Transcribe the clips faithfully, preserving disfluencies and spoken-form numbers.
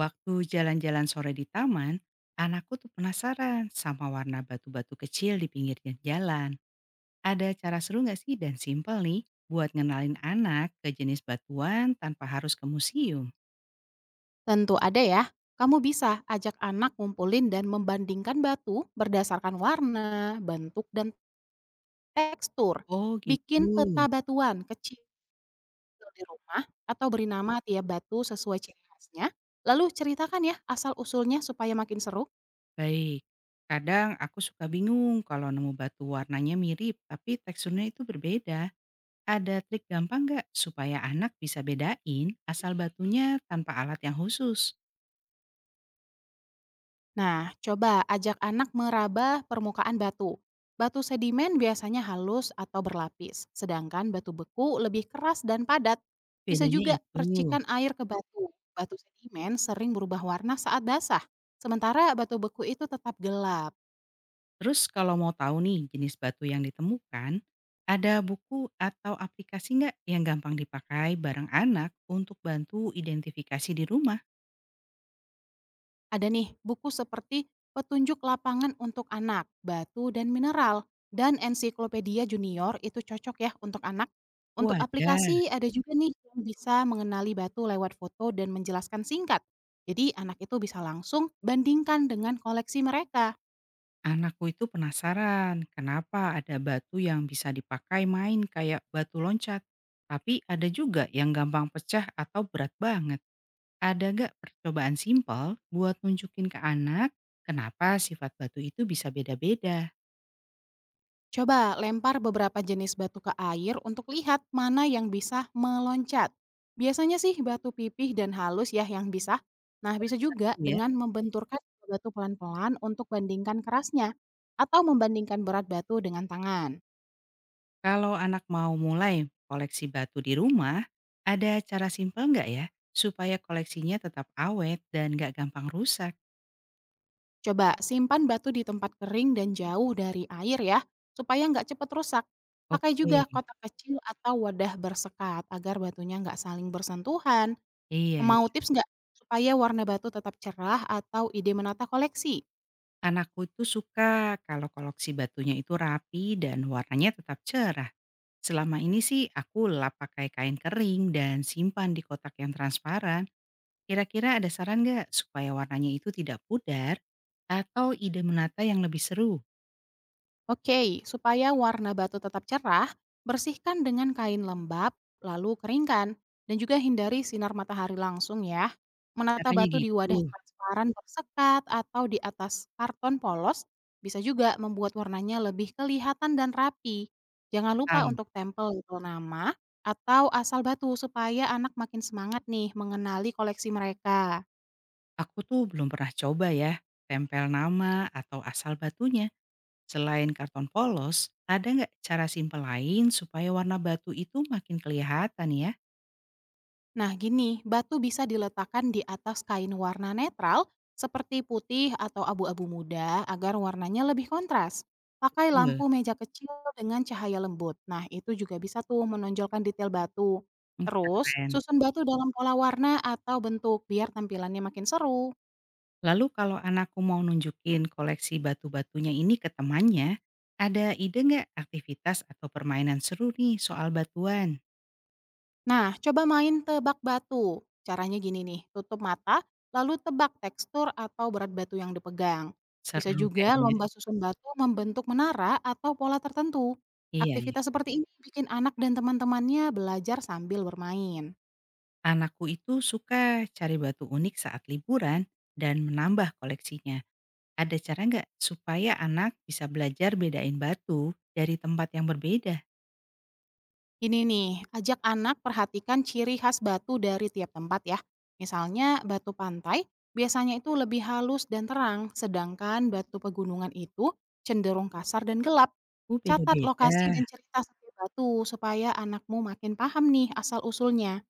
Waktu jalan-jalan sore di taman, anakku tuh penasaran sama warna batu-batu kecil di pinggir jalan. Ada cara seru nggak sih dan simpel nih buat ngenalin anak ke jenis batuan tanpa harus ke museum? Tentu ada ya. Kamu bisa ajak anak ngumpulin dan membandingkan batu berdasarkan warna, bentuk, dan tekstur. Oh Bikin peta gitu. batuan kecil di rumah atau beri nama tiap batu sesuai ciri khasnya. Lalu ceritakan ya asal-usulnya supaya makin seru. Baik. Kadang aku suka bingung kalau nemu batu warnanya mirip tapi teksturnya itu berbeda. Ada trik gampang nggak supaya anak bisa bedain asal batunya tanpa alat yang khusus? Nah, coba ajak anak meraba permukaan batu. Batu sedimen biasanya halus atau berlapis, sedangkan batu beku lebih keras dan padat. Bisa Bedanya juga itu. percikan air ke batu. Batu sedimen sering berubah warna saat basah, sementara batu beku itu tetap gelap. Terus kalau mau tahu nih jenis batu yang ditemukan, ada buku atau aplikasi nggak yang gampang dipakai bareng anak untuk bantu identifikasi di rumah? Ada nih buku seperti Petunjuk Lapangan untuk Anak, Batu dan Mineral, dan Ensiklopedia Junior itu cocok ya untuk anak. Untuk Wajar, aplikasi ada juga nih yang bisa mengenali batu lewat foto dan menjelaskan singkat. Jadi anak itu bisa langsung bandingkan dengan koleksi mereka. anakku itu penasaran kenapa ada batu yang bisa dipakai main kayak batu loncat. Tapi ada juga yang gampang pecah atau berat banget. Ada nggak percobaan simpel buat nunjukin ke anak kenapa sifat batu itu bisa beda-beda? Coba lempar beberapa jenis batu ke air untuk lihat mana yang bisa meloncat. Biasanya sih batu pipih dan halus ya yang bisa. Nah Wah, bisa seru juga ya. dengan membenturkan batu pelan-pelan untuk bandingkan kerasnya atau membandingkan berat batu dengan tangan. Kalau anak mau mulai koleksi batu di rumah, ada cara simpel nggak ya supaya koleksinya tetap awet dan nggak gampang rusak? Coba simpan batu di tempat kering dan jauh dari air ya supaya nggak cepat rusak. Pakai juga Oke, kotak kecil atau wadah bersekat agar batunya nggak saling bersentuhan. iya. Mau Iya. tips nggak? Supaya warna batu tetap cerah atau ide menata koleksi? Anakku itu suka kalau koleksi batunya itu rapi dan warnanya tetap cerah. Selama ini sih aku lap pakai kain kering dan simpan di kotak yang transparan. Kira-kira ada saran nggak supaya warnanya itu tidak pudar atau ide menata yang lebih seru? Oke, supaya warna batu tetap cerah, bersihkan dengan kain lembab, lalu keringkan, dan juga hindari sinar matahari langsung ya. Menata Caranya batu di wadah gitu. transparan bersekat atau di atas karton polos bisa juga membuat warnanya lebih kelihatan dan rapi. Jangan lupa untuk tempel label nama atau asal batu supaya anak makin semangat nih mengenali koleksi mereka. Aku tuh belum pernah coba ya, tempel nama atau asal batunya. Selain karton polos, ada nggak cara simpel lain supaya warna batu itu makin kelihatan ya? Nah, gini, batu bisa diletakkan di atas kain warna netral seperti putih atau abu-abu muda agar warnanya lebih kontras. Pakai Betul. lampu meja kecil dengan cahaya lembut. Nah, itu juga bisa tuh menonjolkan detail batu. Hmm, Terus, keren. susun batu dalam pola warna atau bentuk biar tampilannya makin seru. Lalu kalau anakku mau nunjukin koleksi batu-batunya ini ke temannya, ada ide nggak aktivitas atau permainan seru nih soal batuan? Nah, coba main tebak batu. Caranya gini nih, tutup mata, lalu tebak tekstur atau berat batu yang dipegang. Bisa Seru juga kayaknya. lomba susun batu membentuk menara atau pola tertentu. Iya, iya. Aktivitas seperti ini bikin anak dan teman-temannya belajar sambil bermain. Anakku itu suka cari batu unik saat liburan dan menambah koleksinya. Ada cara nggak supaya anak bisa belajar bedain batu dari tempat yang berbeda? Ini nih, ajak anak perhatikan ciri khas batu dari tiap tempat ya. Misalnya batu pantai biasanya itu lebih halus dan terang, sedangkan batu pegunungan itu cenderung kasar dan gelap. Oh, Catat lokasi beda-beda. dan cerita setiap batu supaya anakmu makin paham nih asal-usulnya.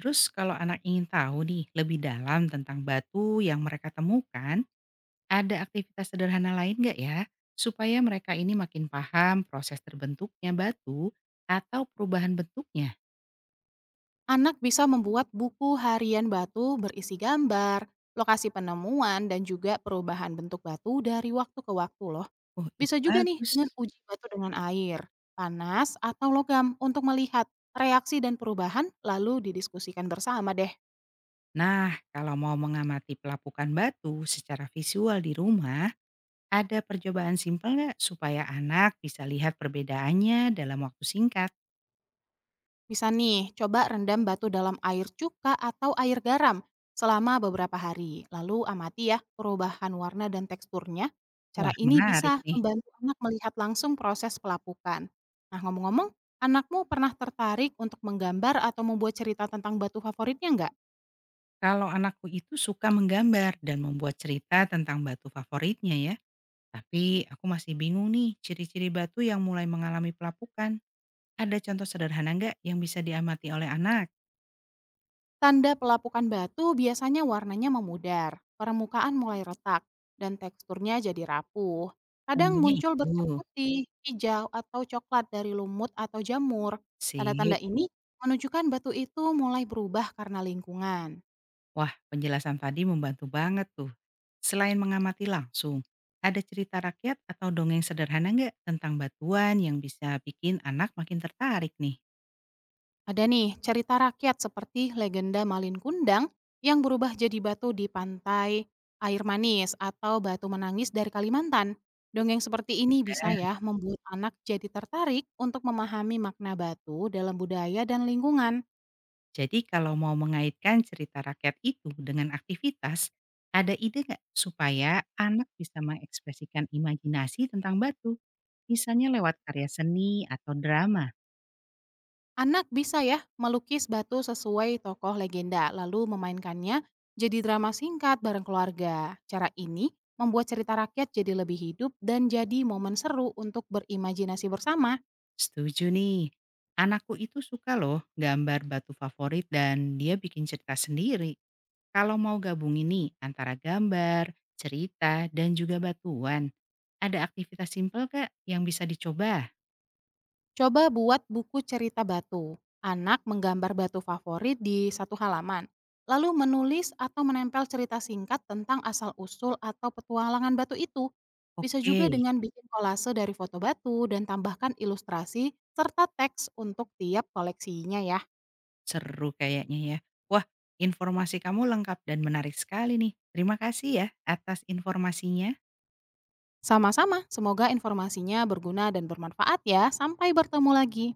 Terus kalau anak ingin tahu nih lebih dalam tentang batu yang mereka temukan, ada aktivitas sederhana lain nggak ya? Supaya mereka ini makin paham proses terbentuknya batu atau perubahan bentuknya. Anak bisa membuat buku harian batu berisi gambar, lokasi penemuan, dan juga perubahan bentuk batu dari waktu ke waktu loh. Oh, Bisa ide juga nih dengan bagus. uji batu dengan air, panas, atau logam untuk melihat reaksi dan perubahan lalu didiskusikan bersama deh. Nah, kalau mau mengamati pelapukan batu secara visual di rumah, ada percobaan simpel nggak supaya anak bisa lihat perbedaannya dalam waktu singkat? Bisa nih, coba rendam batu dalam air cuka atau air garam selama beberapa hari. Lalu amati ya perubahan warna dan teksturnya. Cara Wah, ini menarik bisa nih. membantu anak melihat langsung proses pelapukan. Nah ngomong-ngomong, anakmu pernah tertarik untuk menggambar atau membuat cerita tentang batu favoritnya nggak? Kalau anakku itu suka menggambar dan membuat cerita tentang batu favoritnya ya. Tapi aku masih bingung nih ciri-ciri batu yang mulai mengalami pelapukan. Ada contoh sederhana nggak yang bisa diamati oleh anak? Tanda pelapukan batu biasanya warnanya memudar, permukaan mulai retak, dan teksturnya jadi rapuh. Kadang Tandanya muncul itu. bercak putih, hijau, atau coklat dari lumut atau jamur. Tanda-tanda Sip. ini menunjukkan batu itu mulai berubah karena lingkungan. Wah, penjelasan tadi membantu banget tuh. Selain mengamati langsung, ada cerita rakyat atau dongeng sederhana nggak tentang batuan yang bisa bikin anak makin tertarik nih? Ada nih cerita rakyat seperti legenda Malin Kundang yang berubah jadi batu di pantai air manis atau batu menangis dari Kalimantan. Dongeng seperti ini bisa Ada. ya membuat anak jadi tertarik untuk memahami makna batu dalam budaya dan lingkungan. Jadi kalau mau mengaitkan cerita rakyat itu dengan aktivitas, ada ide nggak supaya anak bisa mengekspresikan imajinasi tentang batu, misalnya lewat karya seni atau drama? Anak bisa ya melukis batu sesuai tokoh legenda lalu memainkannya jadi drama singkat bareng keluarga. Cara ini membuat cerita rakyat jadi lebih hidup dan jadi momen seru untuk berimajinasi bersama. Setuju nih. Anakku itu suka loh gambar batu favorit dan dia bikin cerita sendiri. Kalau mau gabung ini antara gambar, cerita, dan juga batuan, ada aktivitas simpel Kak yang bisa dicoba? Coba buat buku cerita batu. Anak menggambar batu favorit di satu halaman, lalu menulis atau menempel cerita singkat tentang asal-usul atau petualangan batu itu. Bisa Oke, juga dengan bikin kolase dari foto batu dan tambahkan ilustrasi serta teks untuk tiap koleksinya ya. seru kayaknya ya. Wah, informasi kamu lengkap dan menarik sekali nih. Terima kasih ya atas informasinya. Sama-sama, semoga informasinya berguna dan bermanfaat ya. Sampai bertemu lagi.